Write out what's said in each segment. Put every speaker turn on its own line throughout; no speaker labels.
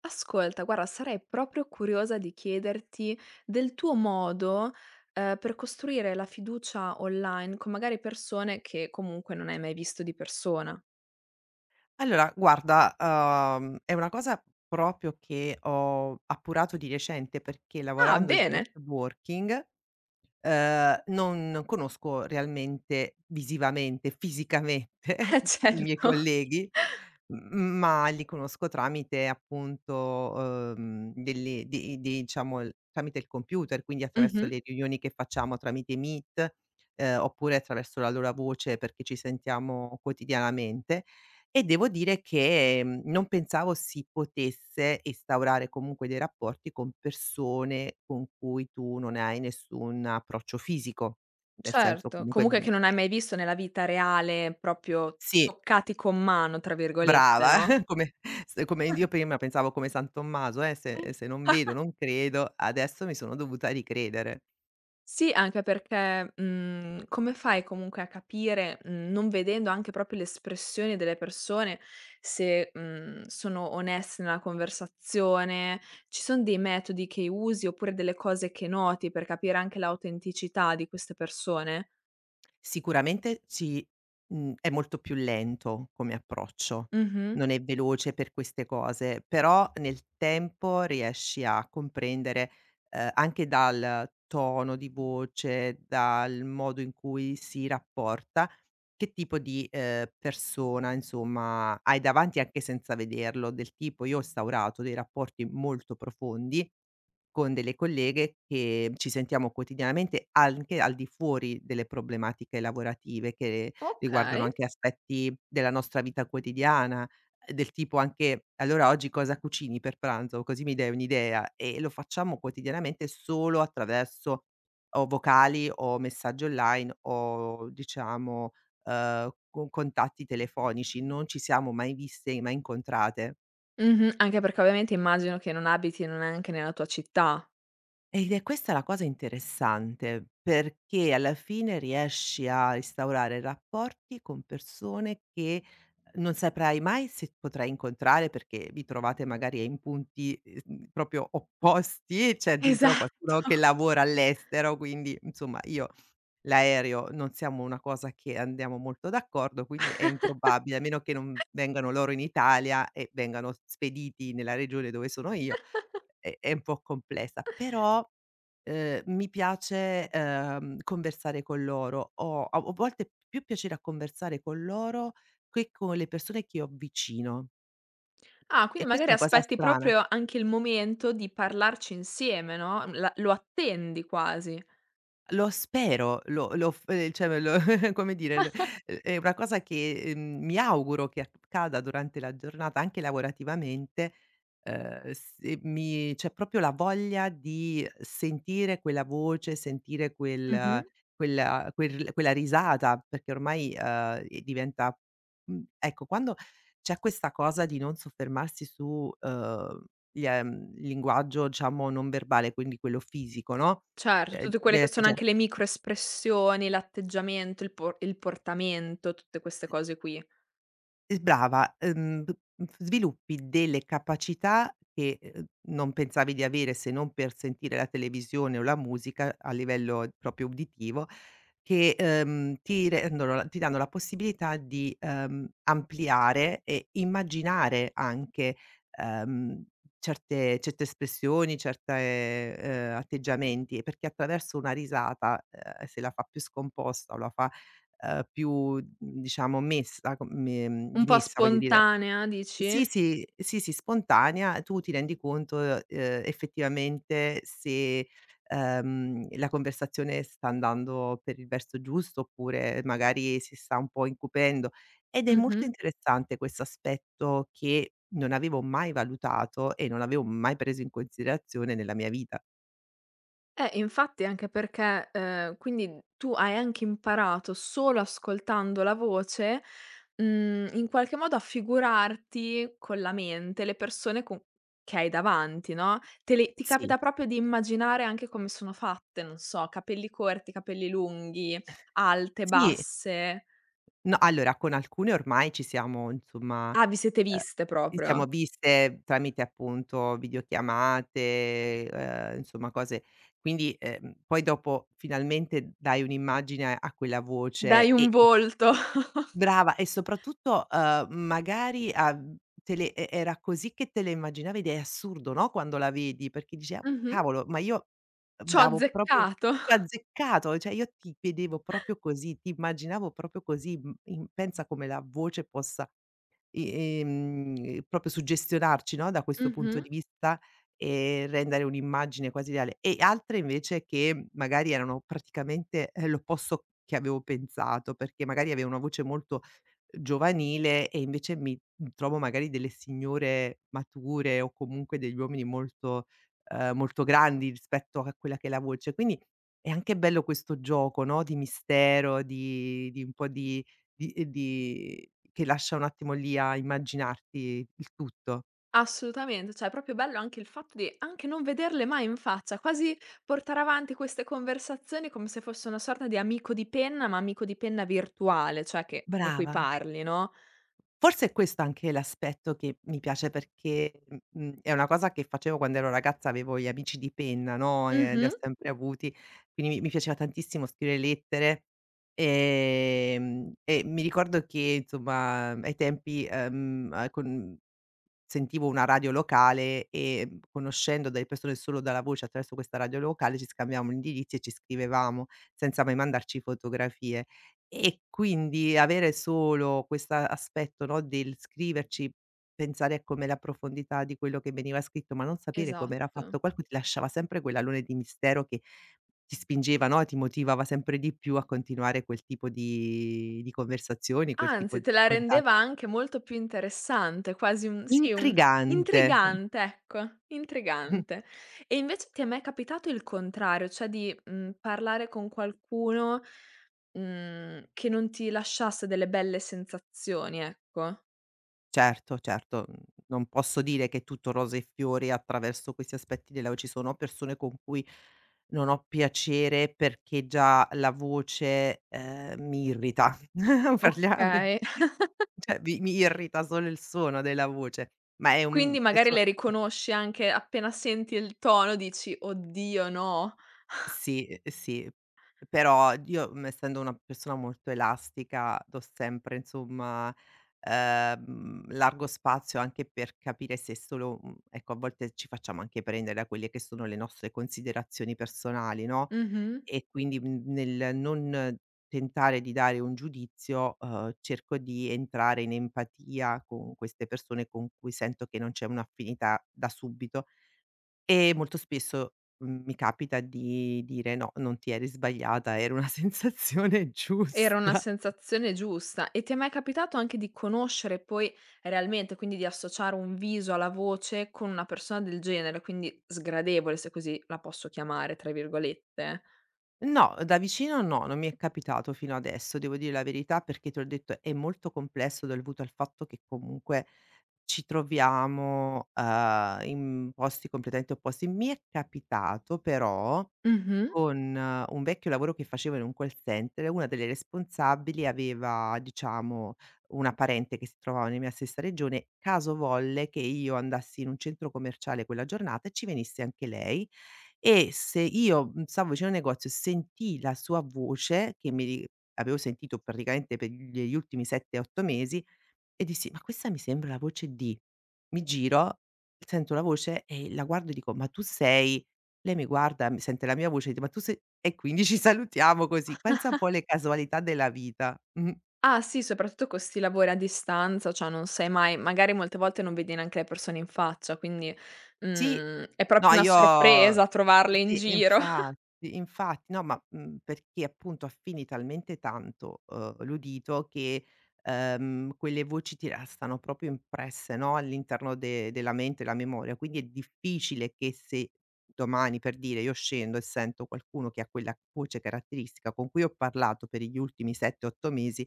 Ascolta, guarda, sarei proprio curiosa di chiederti del tuo modo, per costruire la fiducia online con magari persone che comunque non hai mai visto di persona.
Allora guarda, è una cosa proprio che ho appurato di recente, perché
Ah,
lavorando in
bene!
smart working, non conosco realmente visivamente, fisicamente i miei
Certo.
colleghi, m ma li conosco tramite appunto, delle dei dei diciamo l tramite il computer, quindi attraverso
Mh-mh.
le riunioni che facciamo tramite Meet, oppure attraverso la loro voce perché ci sentiamo quotidianamente. E devo dire che, non pensavo si potesse instaurare comunque dei rapporti con persone con cui tu non hai nessun approccio fisico, nel senso
Certo,
comunque,
comunque che non hai
che
mai visto nella vita reale, proprio
sì,
"toccati con mano", tra virgolette,
brava,
no?
come come io prima pensavo come San Tommaso, "Se non vedo non credo", adesso mi sono dovuta ricredere.
Sì, anche perché, come fai comunque a capire, non vedendo anche proprio le espressioni delle persone, se, sono oneste nella conversazione? Ci son dei metodi che usi, oppure delle cose che noti per capire anche l'autenticità di queste persone?
Sicuramente ci è molto più lento come approccio,
Mh-mh.
non è veloce per queste cose, però nel tempo riesci a comprendere, anche dal tono di voce, dal modo in cui si rapporta, che tipo di, persona insomma hai davanti anche senza vederlo, del tipo io ho instaurato dei rapporti molto profondi con delle colleghe che ci sentiamo quotidianamente anche al di fuori delle problematiche lavorative che riguardano
Okay.
anche aspetti della nostra vita quotidiana, del tipo anche: "Allora oggi cosa cucini per pranzo? Così mi dai un'idea." E lo facciamo quotidianamente solo attraverso o vocali o messaggi online o diciamo, con contatti telefonici, non ci siamo mai viste, mai incontrate.
Mh-mh. Anche perché ovviamente immagino che non abiti neanche nella tua città.
Ed è questa la cosa interessante, perché alla fine riesci a instaurare rapporti con persone che non saprai mai se potrai incontrare, perché vi trovate magari in punti, proprio opposti, c'è addirittura
Esatto.
qualcuno che lavora all'estero, quindi insomma io l'aereo non siamo una cosa che andiamo molto d'accordo, quindi è improbabile, a meno che non vengano loro in Italia e vengano spediti nella regione dove sono io è un po' complessa, però, mi piace, conversare con loro. Ho a volte più piacere a conversare con loro che con le persone che ho vicino
Ah,
e
quindi
questa
magari
è una cosa
aspetti
strana.
proprio anche il momento di parlarci insieme, no, la lo attendi quasi.
Lo spero, lo lo f cioè me lo come dire, l è una cosa che, mi auguro che accada durante la giornata, anche lavorativamente, se mi c'è proprio la voglia di sentire quella voce, sentire
Mh-mh.
quella risata, perché ormai, e diventa ecco, quando c'è questa cosa di non soffermarsi su, gli il linguaggio, diciamo, non verbale, quindi quello fisico, no,
Certo, tutte
gli
quelle che sono
atteggia
anche le microespressioni, l'atteggiamento, il portamento, tutte queste cose qui.
Brava, b mhmm, f sviluppi delle capacità che, non pensavi di avere se non per sentire la televisione o la musica a livello proprio uditivo, che, ti danno la possibilità di, ampliare e immaginare anche, ehm, certe espressioni, certe, atteggiamenti, perché attraverso una risata, se la fa più scomposta o la fa, più, diciamo messa com
Un po'
dimessa voglio dire
spontanea dici?
sì, sì, sì, sì, spontanea, tu ti rendi conto, effettivamente se, la conversazione sta andando per il verso giusto oppure magari si sta un po' incupendo. Ed è molto
Mh-mh.
interessante questo aspetto che non avevo mai valutato e non avevo mai preso in considerazione nella mia vita.
Infatti anche perché, quindi tu hai anche imparato solo ascoltando la voce, in qualche modo a figurarti con la mente le persone con che hai davanti, no, te le ti capita
Sì,
proprio di immaginare anche come sono fatte, non so, capelli corti, capelli lunghi, alte,
sì.
basse.
No, allora con alcune ormai ci siamo insomma,
Ah, vi siete
ehm,
viste
ci
proprio.
siamo viste tramite appunto videochiamate, insomma cose quindi, poi dopo finalmente dai un'immagine a quella
Dai
voce
un
e
volto.
brava e soprattutto, magari a te le e era così che te le immaginavi ed è assurdo, no, quando la vedi perché dici: "Ah,
Mh-mh.
cavolo, ma io
C'ho
davo proprio
azzeccato.
cioè azzeccato, cioè io ti vedevo proprio così, ti immaginavo proprio così". Mhmm, In pensa come la voce possa i proprio suggestionarci, no, da questo punto
Mh-mh.
di vista e rendere un'immagine quasi reale. E altre invece che magari erano praticamente, l'opposto che avevo pensato, perché magari aveva una voce molto giovanile e invece mi trovo magari delle signore mature o comunque degli uomini molto molto grandi rispetto a quella che è la voce. Quindi è anche bello questo gioco, no, di mistero, di un po' di di che lascia un attimo lì a immaginarti il tutto.
Assolutamente, cioè è proprio bello anche il fatto di anche non vederle mai in faccia, quasi portare avanti queste conversazioni come se fosse una sorta di amico di penna, ma amico di penna virtuale, cioè che con cui
Brava.
parli, no?
Forse è questo anche l'aspetto che mi piace perché, è una cosa che facevo quando ero ragazza, avevo gli amici di penna, no, li ho
Mh-mh,
sempre avuti, quindi mi piaceva tantissimo scrivere lettere, e mi ricordo che insomma ai tempi, a con sentivo una radio locale e, conoscendo delle persone solo dalla voce attraverso questa radio locale ci scambiavamo gli indirizzi e ci scrivevamo senza mai mandarci fotografie. E quindi avere solo questa aspetto, no, del scriverci, pensare a come la profondità di quello che veniva scritto, ma non sapere come era fatto
esatto.
qualcu ti lasciava sempre quell'alone di mistero che ti spingeva, no, ti motivava sempre di più a continuare quel tipo di conversazioni, quel tipo
Anzi,
di
te la
conta
rendeva anche molto più interessante, quasi un sì, un
intrigante.
intrigante, ecco, intrigante. E invece ti è mai capitato il contrario, cioè di, parlare con qualcuno, che non ti lasciasse delle belle sensazioni, ecco?
Certo, certo, non posso dire che è tutto rose e fiori attraverso questi aspetti della vo ci sono persone con cui non ho piacere perché già la voce, mi irrita. Parliam
Okay.
cioè mi irrita solo il suono della voce, ma è un
Quindi
è
magari
so
le riconosci anche appena senti il tono dici: "Oddio, no."
sì, sì, però io, essendo una persona molto elastica do sempre insomma, largo spazio anche per capire se solo ecco a volte ci facciamo anche prendere da quelle che sono le nostre considerazioni personali, no,
Mh-mh.
e quindi, nel non tentare di dare un giudizio, cerco di entrare in empatia con queste persone con cui sento che non c'è un'affinità da subito e molto spesso, mi capita di dire: "No, non ti eri sbagliata, era una sensazione
Era una
giusta."
sensazione giusta. E ti è mai capitato anche di conoscere poi realmente, quindi di associare un viso alla voce con una persona del genere, quindi sgradevole, se così la posso chiamare, tra virgolette?
No, da vicino no, non mi è capitato fino adesso, devo dire la verità, perché te l'ho detto è molto complesso dovuto al fatto che comunque ci troviamo, in posti completamente opposti. Mi è capitato però
Mh-mh.
con un vecchio lavoro che facevo in un call center, una delle responsabili aveva diciamo una parente che si trovava nella mia stessa regione, caso volle che io andassi in un centro commerciale quella giornata e ci venisse anche lei e se io, stavo vicino al negozio e sentii la sua voce, che mi ri avevo sentito praticamente per gli ultimi 7, 8 mesi, e dissi: "Ma questa mi sembra la voce di". Mi giro, sento la voce e la guardo e dico: "Ma tu sei" lei mi guarda, mi sente la mia voce e dice: "Ma tu sei" e quindi ci salutiamo così. Pensa un po' alle casualità della vita. Mh.
Ah sì, soprattutto co' 'sti lavori a distanza, cioè non sai mai magari molte volte non vedi neanche le persone in faccia, quindi,
Sì.
è proprio
No,
una
io eh,
sorpresa trovarle in
sì,
giro.
infatti, infatti. No, ma, perché appunto affini talmente tanto, l'udito che, quelle voci ti restano proprio impresse, no, all'interno de della mente e la memoria. Quindi è difficile che se domani, per dire, io scendo e sento qualcuno che ha quella voce caratteristica con cui ho parlato per gli ultimi 7, 8 mesi,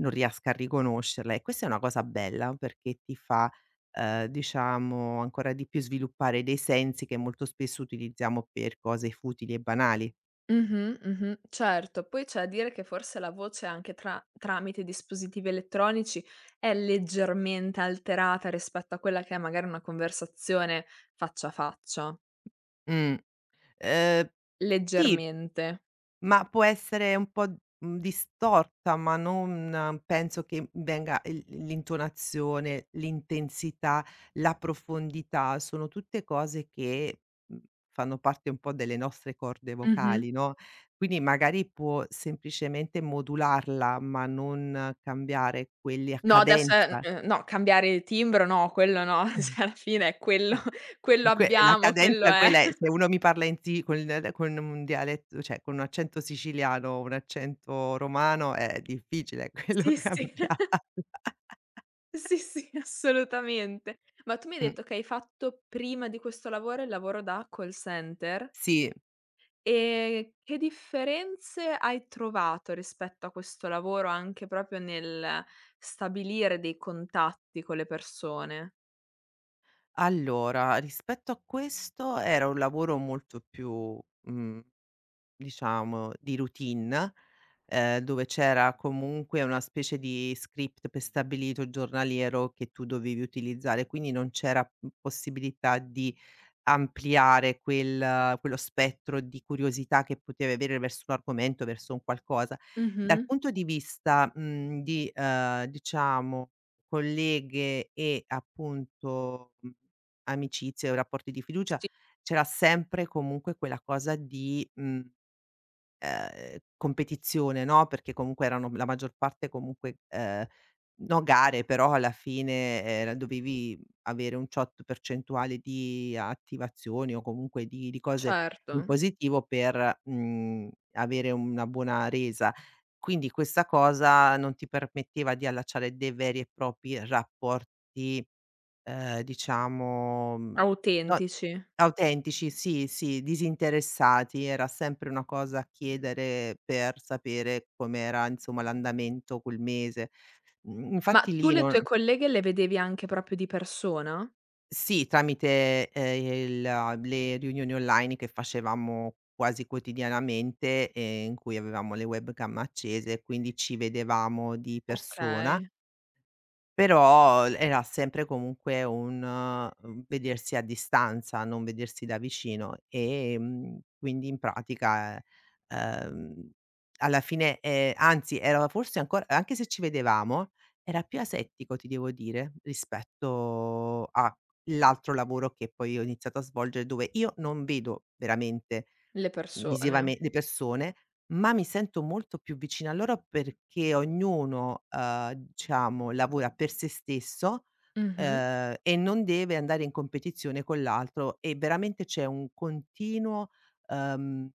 non riesca a riconoscerla. E questa è una cosa bella perché ti fa diciamo, ancora di più sviluppare dei sensi che molto spesso utilizziamo per cose futili e banali.
Mh-mh, mh-mh, certo. Poi c'è da dire che forse la voce anche tramite dispositivi elettronici è leggermente alterata rispetto a quella che è magari una conversazione faccia a faccia,
Mh, ehm, sì,
leggermente.
ma può essere un po', distorta, ma non penso che venga il l'intonazione, l'intensità, la profondità, sono tutte cose che, mhmm, fanno parte un po' delle nostre corde
Mh-mh.
vocali, no, quindi magari può semplicemente modularla, ma non cambiare quelli a
No adesso è
cadenza.
no, cambiare timbro no, quello no, cioè alla fine è quello
Comunque la
abbiamo, quello
cadenza
è.
quella è se uno mi parla in si con un dialetto cioè con un accento siciliano o un accento romano è difficile quello
Sì, sì,
cambiarla.
sì, sì, assolutamente. Ma tu mi hai
Mh,
detto che hai fatto prima di questo lavoro il lavoro da call center?
sì.
E che differenze hai trovato rispetto a questo lavoro, anche proprio nel stabilire dei contatti con le persone?
Allora, rispetto a questo era un lavoro molto più, mhmm, diciamo di routine, dove c'era comunque una specie di script prestabilito giornaliero che tu dovevi utilizzare, quindi non c'era, possibilità di ampliare quello spettro di curiosità che potevi avere verso un argomento, verso un qualcosa. Dal
Mh-mh.
punto di vista, di, diciamo colleghe e appunto, amicizie o rapporti di fiducia,
Sì,
c'era sempre comunque quella cosa di mhmm competizione, no, perché comunque erano la maggior parte comunque, no gare, però alla fine era dovevi avere un tot percentuale di attivazioni o comunque di cose
certo,
in positivo per, avere una buona resa. Quindi questa cosa non ti permetteva di allacciare dei veri e propri rapporti, diciamo, no
autentici.
autentici, sì, sì, disinteressati, era sempre una cosa a chiedere per sapere com'era, insomma, l'andamento quel mese.
Ma
Infatti
tu
lì
le
non
tue colleghe le vedevi anche proprio di persona?
sì, tramite, le riunioni online che facevamo quasi quotidianamente e in cui avevamo le webcam accese, quindi ci vedevamo di persona
Okay,
però l era sempre comunque un vedersi a distanza, non vedersi da vicino e, quindi in pratica, ehm, alla fine anzi era forse ancora anche se ci vedevamo, era più asettico ti devo dire, rispetto a l'altro lavoro che poi ho iniziato a svolgere, dove io non vedo veramente
le persone.
visivame le persone, ma mi sento molto più vicina a loro perché ognuno, diciamo lavora per se stesso,
Mh-mh.
e non deve andare in competizione con l'altro e veramente c'è un continuo, uhm,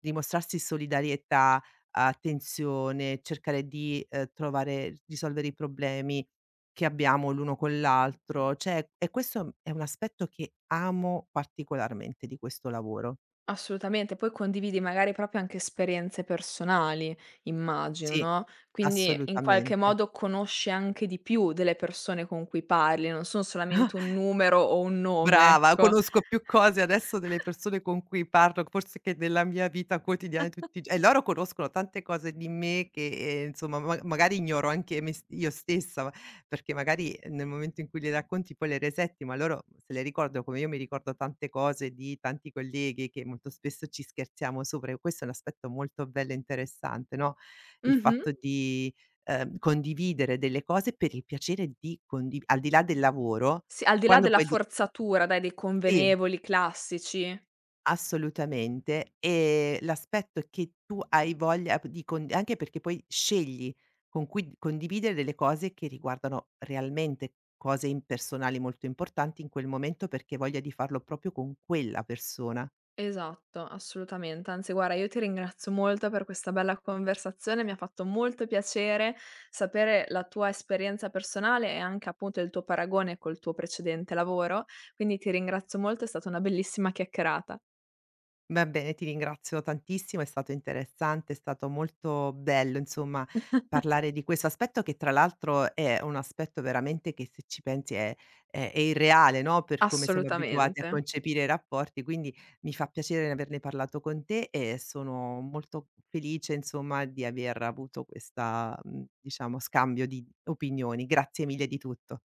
dimostrarsi solidarietà, attenzione, cercare di, trovare risolvere i problemi che abbiamo l'uno con l'altro, cioè e questo è un aspetto che amo particolarmente di questo lavoro.
Assolutamente, poi condividi magari proprio anche esperienze personali, immagino,
Sì,
no, quindi in qualche
assolutamente.
modo conosci anche di più delle persone con cui parli, non sono solamente un numero o un nome,
Brava,
ecco.
conosco più cose adesso delle persone con cui parlo forse che della mia vita quotidiana di tutti i gio e loro conoscono tante cose di me che, insomma ma magari ignoro anche me s io stessa, ma perché magari nel momento in cui le racconti poi le resetti, ma loro se le ricordano come io mi ricordo tante cose di tanti colleghi che molto spesso ci scherziamo sopra e questo è un aspetto molto bello e interessante, no, il
Mh-mh.
fatto di, condividere delle cose per il piacere di condiv al di là del lavoro,
Sì, al di là
quando
della
poi di
forzatura, dai, dei
sì,
convenevoli classici.
assolutamente. E l'aspetto è che tu hai voglia p di con anche perché poi scegli con cui condividere delle cose che riguardano realmente cose im personali molto importanti in quel momento, perché hai voglia di farlo proprio con quella persona.
Esatto, assolutamente. Anzi, guarda, io ti ringrazio molto per questa bella conversazione, mi ha fatto molto piacere sapere la tua esperienza personale e anche appunto il tuo paragone col tuo precedente lavoro, quindi ti ringrazio molto, è stata una bellissima chiacchierata.
Va bene, ti ringrazio tantissimo, è stato interessante, è stato molto bello, insomma, parlare di questo aspetto che tra l'altro è un aspetto veramente che se ci pensi è irreale, no, per come siamo abituati a
Assolutamente.
concepire i rapporti, quindi mi fa piacere averne parlato con te e sono molto felice, insomma, di aver avuto questa, diciamo, scambio di opinioni. Grazie mille di tutto.